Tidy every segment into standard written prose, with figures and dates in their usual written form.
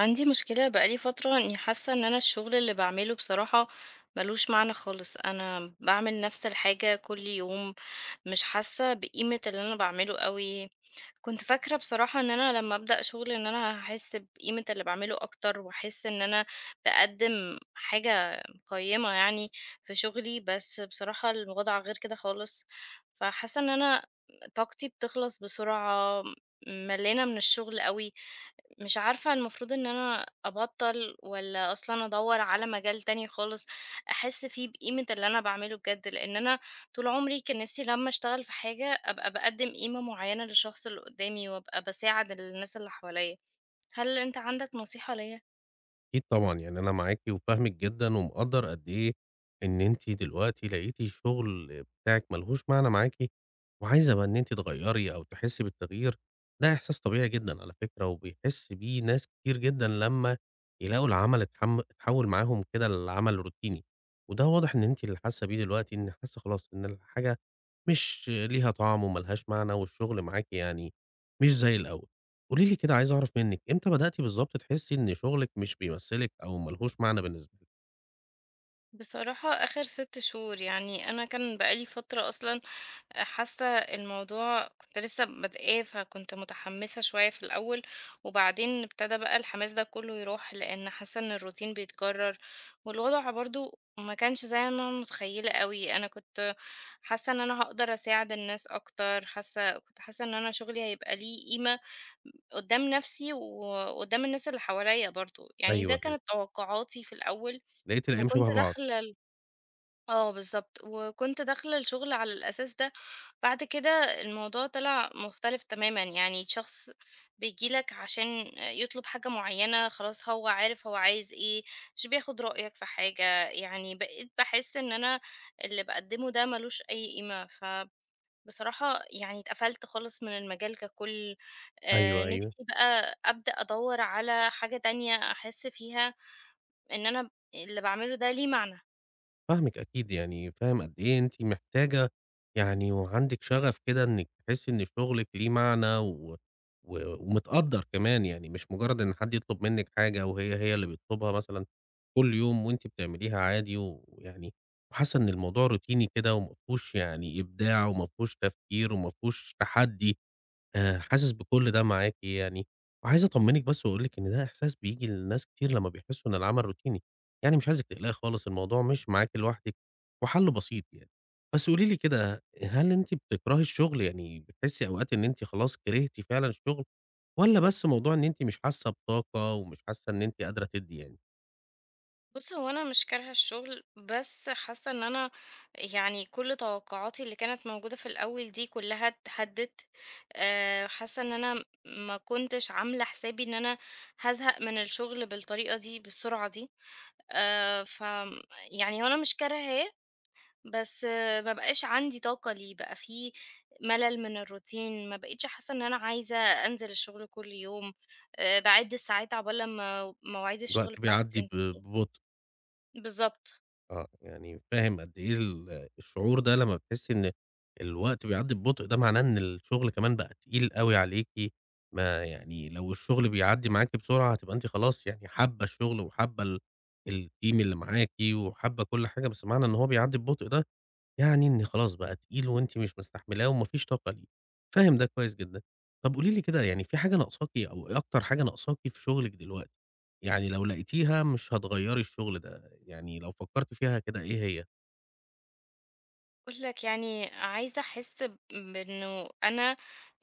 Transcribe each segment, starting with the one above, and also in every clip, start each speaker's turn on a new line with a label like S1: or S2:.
S1: عندي مشكلة بقالي فترة، اني حاسة ان انا الشغل اللي بعمله بصراحة ملوش معنى خالص. انا بعمل نفس الحاجة كل يوم، مش حاسة بقيمة اللي انا بعمله قوي. كنت فاكرة بصراحة ان انا لما ابدأ شغل ان انا هحس بقيمة اللي بعمله اكتر، واحس ان انا بقدم حاجة قيمة يعني في شغلي، بس بصراحة الوضع غير كده خالص. فحاسة ان انا طاقتي بتخلص بسرعة، ملانة من الشغل قوي. مش عارفة المفروض إن أنا أبطّل والّا أصلًا أدوّر على مجال تاني خالص أحس فيه بقيمة اللي أنا باعمله بجد، لإن أنا طول عمري كان نفسي لمّا أشتغل في حاجة أبقى باقدّم قيمة معيّنة للشخص اللي قدّامي وأبقى باساعد الناس اللي حواليّا. هل أنت عندك نصيحة ليّا؟
S2: أكيد طبعًا، يعني أنا معاكِ وفاهمِك جدًا ومقدّر قد إيه إن أنتِ دلوقتي لقيتِ الشغل بتاعِك ما لهوش معنى معاكِ وعايزة بقى إن أنتِ تغيّري أو تحسّي بالتغيير، ده إحساس طبيعي جدًا على فكرة وبيحس بيه ناس كتير جدًا لمّا يلاقوا العمل اتحوّل معاهم كده لعمل روتيني، وده واضح إن أنتِ اللي حاسّة بيه دلوقتي، إن حاسّة خلاص إن الحاجة مش ليها طعم وما لهاش معنى والشغل معاكِ يعني مش زي الأول. قولي لي كده عايز أعرف منِّك، إمتى بدأتِ بالضبط تحسّي إن شغلِك مش بيمثّلِك أو ما لهوش معنى بالنسبة لِك؟
S1: بصراحة آخر 6 شهور يعني، أنا كان بقالي فترة أصلا حاسة الموضوع، كنت لسه بادئة فكنت متحمسة شوية في الأول، وبعدين ابتدى بقى الحماس ده كله يروح، لأن حاسة إن الروتين بيتكرر. والوضع برضو ما كانش زي ما أنا متخيلة قوي. أنا كنت حاسة إن أنا هقدر أساعد الناس أكتر، كنت حاسة إن أنا شغلي هيبقى ليه قيمة قدام نفسي وقدام الناس اللي حواليا برضو، يعني ده
S2: أيوه، أيوه.
S1: كانت توقعاتي في الأول.
S2: لقيتِ الأيام
S1: وكنت
S2: شبه بعض.
S1: داخلة، آه بالضبط، وكنت داخلة الشغل على الأساس ده. بعد كده الموضوع طلع مختلف تمامًا، يعني شخص بييجي لك عشان يطلب حاجة معيّنة، خلاص هو عارف هو عايز إيه، مش بياخد رأيك في حاجة، يعني بقيت باحس إن أنا اللي باقدّمه ده ما لوش أي قيمة، فبصراحة يعني اتقفلت خالص من المجال ككُل.
S2: أيوه، أيوه.
S1: نِفْسي بقى أبدأ أدوّر على حاجة تانية أحس فيها إن أنا اللي باعمله ده ليه معنى.
S2: فاهمِك أكيد، يعني فاهم قد إيه أنتِ محتاجة يعني وعندِك شغف كده إنِّك تحسّي إن شغلِك ليه معنى و ومتقدّر كمان، يعني مش مجرّد إن حد يطلب منِّك حاجة وهي هي اللي بتطلبها مثلًا كل يوم وأنتِ بتعمليها عادي، ويعني وحاسّة إن الموضوع روتيني كده وما فيهوش يعني إبداع وما فيهوش تفكير وما فيهوش تحدّي. حاسس بكل ده معاكِ يعني، وعايز أطمنِك بس وأقول لِك إن ده إحساس بييجي لناس كتير لمّا بيحسوا إن العمل روتيني، يعني مش عايزِك تقلقي خالص الموضوع مش معاكِ لوحدِك، وحلّه بسيط يعني. بس قولي لي كده، هل أنتِ بتكرهي الشغل؟ يعني بتحسي أوقات إن أنتِ خلاص كرهتِ فعلًا الشغل، والّا بس موضوع إن أنتِ مش حاسة بطاقة ومش حاسة إن أنتِ قادرة تدّي يعني،
S1: بُص، هو أنا مش كارهة الشغل، بس حاسة إن أنا يعني كل توقعاتي اللي كانت موجودة في الأول دي كلها اتهدِّت. حاسة إن أنا ما كنتش عاملة حسابي إن أنا هازهق من الشغل بالطريقة دي، بالسرعة دي. ف يعني هو أنا مش كارهاه، بس ما بقاش عندي طاقة ليه، بقى في ملل من الروتين، ما بقيتش حاسة إن أنا عايزة أنزل الشغل كل يوم، باعِد الساعات عقبال لمّا مواعيد الشغل
S2: الوقت
S1: بتاعتي
S2: بيعدّي
S1: تنتهي.
S2: ببطء؟
S1: بالضبط.
S2: آه، يعني فاهم قد إيه الشعور ده لمّا بتحسّي إن الوقت بيعدّي ببطء، ده معناه إن الشغل كمان بقى تقيل أوي عليكِ، ما يعني لو الشغل بيعدّي معاكِ بسرعة هتبقى أنتِ خلاص يعني حابّة الشغل وحابّة الteam اللي معاكِ وحابّة كل حاجة، بس معنى إن هو بيعدّي ببطء ده يعني إن خلاص بقى تقيل وأنتِ مش مستحملاه وما فيش طاقة ليه، فاهم ده كويس جدًا. طب قولي لي كده يعني في حاجة ناقصاكِ أو إيه أكتر حاجة ناقصاكِ في شغلِك دلوقتي؟ يعني لو لقيتيها مش هتغيّري الشغل ده، يعني لو فكرتِ فيها كده إيه هي؟
S1: أقول لك يعني عايزة أحس بإنه أنا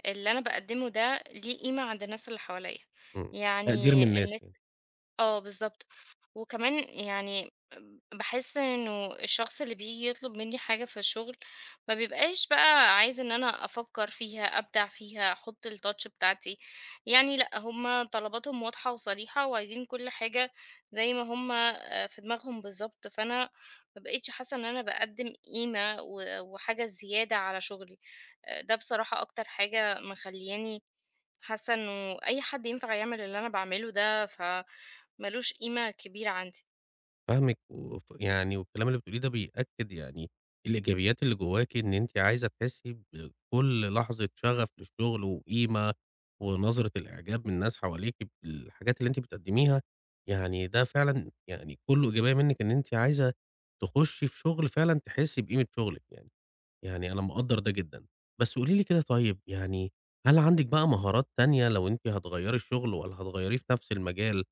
S1: اللي أنا بقدمه ده ليه قيمة عند الناس اللي حواليا،
S2: إمم، تقدير
S1: يعني.
S2: من الناس يعني.
S1: آه بالضبط، وكمان يعني باحس إنه الشخص اللي بييجي يطلب منّي حاجة في الشغل، ما بيبقاش بقى عايز إن أنا أفكّر فيها، أبدع فيها، أحُط الtouch بتاعتي، يعني لأ، هُم طلباتهم واضحة وصريحة وعايزين كل حاجة زي ما هُم في دماغهم بالضبط، فأنا ما بقيتش حاسة إن أنا باقدّم قيمة وحاجة زيادة على شغلي. ده بصراحة أكتر حاجة مخلّياني حاسة إنه أي حد ينفع يعمل اللي أنا باعمله ده، ف مالوش قيمة كبيرة عندي.
S2: فاهمِك يعني والكلام اللي بتقوليه ده بيأكد يعني الإيجابيات اللي جواكِ، إن أنتِ عايزة تحسي بكل لحظة شغف للشغل وقيمة، ونظرة الإعجاب من الناس حواليكِ بالحاجات اللي أنتِ بتقدميها، يعني ده فعلًا يعني كله إيجابية منِك إن أنتِ عايزة تخشي في شغل فعلًا تحسي بقيمة شغلِك يعني، يعني أنا مقدّر ده جدًا. بس قولي لي كده طيب يعني هل عندِك بقى مهارات تانية لو أنتِ هتغيّري الشغل والّا هتغيّريه في نفس المجال؟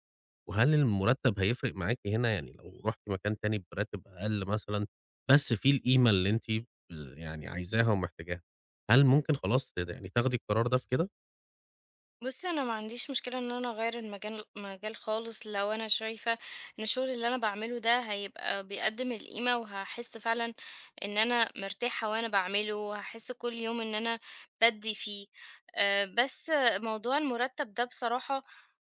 S2: وهل المرتب هيفرق معاكِ هنا؟ يعني لو رُحتِ مكان تاني براتب أقل مثلًا، بس فيه القيمة اللي أنتِ يعني عايزاها ومحتاجاها، هل ممكن خلاص يعني تاخدي القرار ده في كده؟
S1: بُصّي، أنا ما عنديش مشكلة إن أنا أغيّر المجال، مجال خالص، لو أنا شايفة إن الشغل اللي أنا باعمله ده هيبقى بيقدّم القيمة وهاحس فعلًا إن أنا مرتاحة وأنا باعمله، وهاحس كل يوم إن أنا بادّي فيه. بس موضوع المُرتّب ده بصراحة،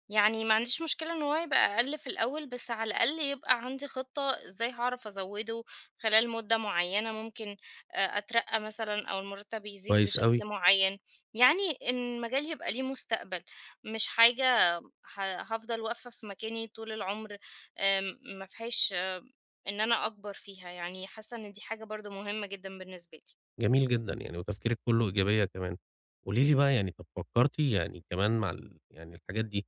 S1: يعني ما عنديش مشكلة إن هو يبقى أقل في الأول، بس على الأقل يبقى عندي خطة إزاي هاعرف أزوّده خلال مدة معيّنة، ممكن أترقّى مثلًا أو المُرتّب يزيد
S2: كويس
S1: بشكل
S2: أوي،
S1: معيّن. يعني إن المجال يبقى ليه مستقبل، مش حاجة ه هافضل واقفة في مكاني طول العمر. ما فيهاش إن أنا أكبر فيها، يعني حاسة إن دي حاجة برضه مهمة جدًا بالنسبة لي.
S2: جميل جدًا يعني وتفكيرِك كله إيجابية كمان. قولي لي بقى يعني طب فكرتِ يعني كمان مع يعني الحاجات دي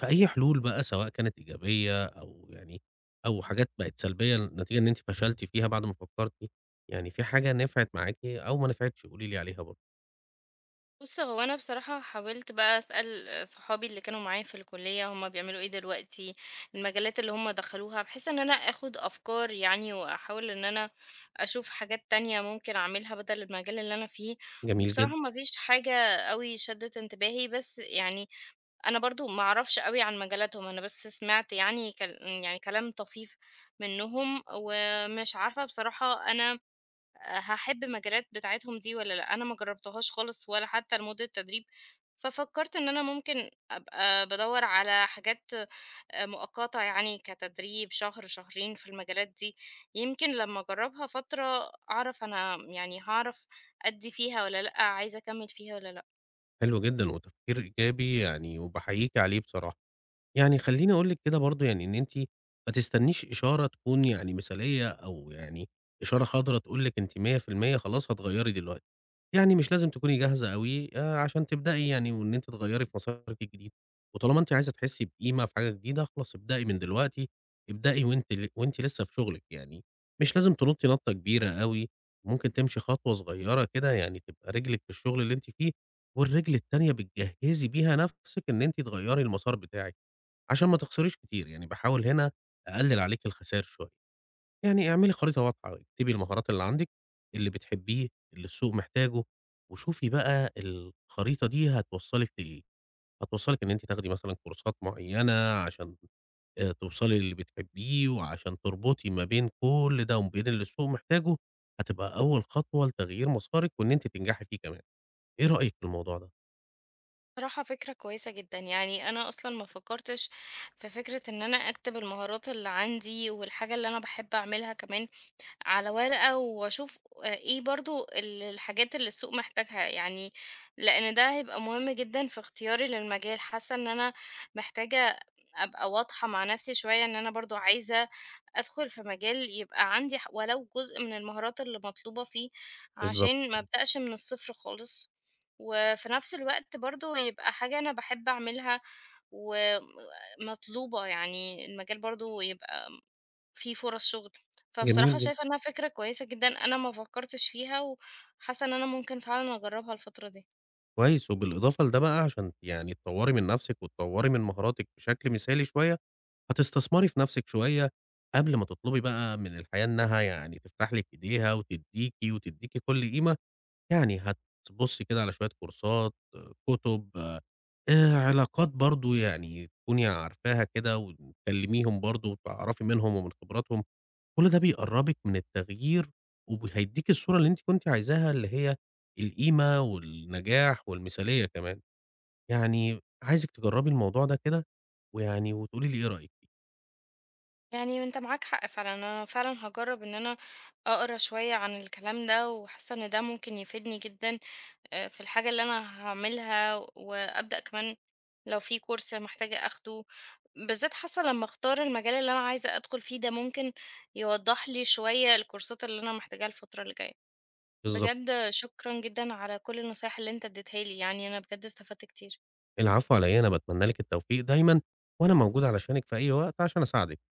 S2: في أي حلول بقى سواء كانت إيجابية أو يعني أو حاجات بقت سلبية نتيجة إن أنتِ فشلتِ فيها بعد ما فكرتِ؟ يعني في حاجة نفعت معاكِ أو ما نفعتش قولي لي عليها برضه.
S1: بُص، هو أنا بصراحة حاولت بقى أسأل صحابي اللي كانوا معايا في الكلية هُم بيعملوا إيه دلوقتي، المجالات اللي هُم دخلوها، بحيث إن أنا آخد أفكار يعني، وأحاول إن أنا أشوف حاجات تانية ممكن أعملها بدل المجال اللي أنا فيه.
S2: جميل
S1: وبصراحة
S2: جدًا.
S1: ما فيش حاجة أوي شدت انتباهي، بس يعني أنا برضه ما أعرفش أوي عن مجالاتهم، أنا بس سمعت يعني كل يعني كلام طفيف منّهم، ومش عارفة بصراحة أنا هاحب المجالات بتاعتهم دي والّا لأ، أنا ما جرّبتهاش خالص ولا حتى لمدة تدريب. ففكّرت إن أنا ممكن أبقى بادوّر على حاجات مؤقتة، يعني كتدريب شهر، شهرين في المجالات دي، يمكن لمّا أجرّبها فترة أعرف أنا، يعني هاعرف أدّي فيها والّا لأ، عايزة أكمّل فيها والّا لأ.
S2: حلو جدًا، وتفكير إيجابي يعني وباحييكِ عليه بصراحة. يعني خلّيني أقول لِك كده برضه يعني إن أنتِ ما تستنيش إشارة تكون يعني مثالية أو يعني إشارة خضرا تقول لِك أنتِ 100% خلاص هتغيّري دلوقتي، يعني مش لازم تكوني جاهزة أوي عشان تبدئي يعني وإن أنتِ تغيّري في مسارِك الجديد، وطالما أنتِ عايزة تحسّي بقيمة في حاجة جديدة خلاص ابدئي من دلوقتي، ابدئي وأنتِ لسه في شغلِك يعني، مش لازم تنطّي نطّة كبيرة أوي، ممكن تمشي خطوة صغيّرة كده يعني تبقى رجلِك في الشغل اللي أنتِ فيه، والرجل التانية بتجهّزي بيها نَفْسِك إن أنتِ تغيّري المسار بتاعِك، عشان ما تخسريش كتير، يعني باحاول هنا أقلِّل عليكِ الخسائر شوية، يعني اعملي خريطة واضحة، اكتبي المهارات اللي عندِك، اللي بتحبيه، اللي السوق محتاجه، وشوفي بقى الخريطة دي هتوصّلِك لإيه، هتوصّلِك إن أنتِ تاخدي مثلًا كورسات معيّنة عشان توصلي للي بتحبيه، وعشان تربطي ما بين كل ده وما بين اللي السوق محتاجه، هتبقى أول خطوة لتغيير مسارِك وإن أنتِ تنجحي فيه كمان، إيه رأيِك في الموضوع ده؟
S1: صراحة فكرة كويسة جدا، يعني أنا أصلا ما فكرتش في فكرة إن أنا أكتب المهارات اللي عندي والحاجة اللي أنا بحب أعملها كمان على ورقة، وأشوف آه، إيه برضو الحاجات اللي السوق محتاجها، يعني لأن ده هيبقى مهم جدا في اختياري للمجال. حاسة إن أنا محتاجة أبقى واضحة مع نفسي شوية، إن أنا برضو عايزة أدخل في مجال يبقى عندي ولو جزء من المهارات اللي مطلوبة فيه،
S2: بالضبط
S1: عشان ما
S2: كده.
S1: أبدأش من الصفر خالص. وفي نفس الوقت برضه يبقى حاجة أنا باحب أعملها ومطلوبة، يعني المجال برضه يبقى فيه فرص شغل.
S2: جميل
S1: فبصراحة
S2: جدًا.
S1: شايفة إنها فكرة كويسة جدًا، أنا ما فكرتش فيها، وحاسة إن أنا ممكن فعلًا أجربها الفترة دي.
S2: كويس، وبالإضافة لده بقى عشان يعني تطوّري من نَفْسِك وتطوّري من مهاراتِك بشكل مثالي شوية، هتستثمري في نَفْسِك شوية قبل ما تطلبي بقى من الحياة إنها يعني تفتح لِك إيديها وتدّيكِ وتدّيكِ كل قيمة، يعني هتبُصّي كده على شوية كورسات، آه، كُتب، علاقات برضه يعني تكوني عارفاها كده وتكلّميهم برضه وتعرفي منهم ومن خبراتهم كل ده بيقرّبِك من التغيير هيدّيكِ الصورة اللي أنتِ كنتِ عايزاها، اللي هي القيمة والنجاح والمثالية كمان. يعني عايزِك تجرّبي الموضوع ده كده ويعني وتقولي لي إيه رأيِك فيه
S1: يعني أنت معاك حق فعلًا، أنا فعلًا هاجرب إن أنا أقرا شوية عن الكلام ده، وحاسة إن ده ممكن يفيدني جدًا في الحاجة اللي أنا هاعملها، وأبدأ كمان لو في كورس محتاجة آخده، بالذات حاسة لمّا أختار المجال اللي أنا عايزة أدخل فيه ده، ممكن يوضح لي شوية الكورسات اللي أنا محتاجاها الفترة اللي جاية.
S2: بالضبط.
S1: بجد شكرًا جدًا على كل النصايح اللي أنت اديتها لي، يعني أنا بجد استفدت كتير.
S2: العفو على إيه، أنا باتمنى لِك التوفيق دايمًا وأنا موجود علشانِك في أي وقت عشان أساعدِك.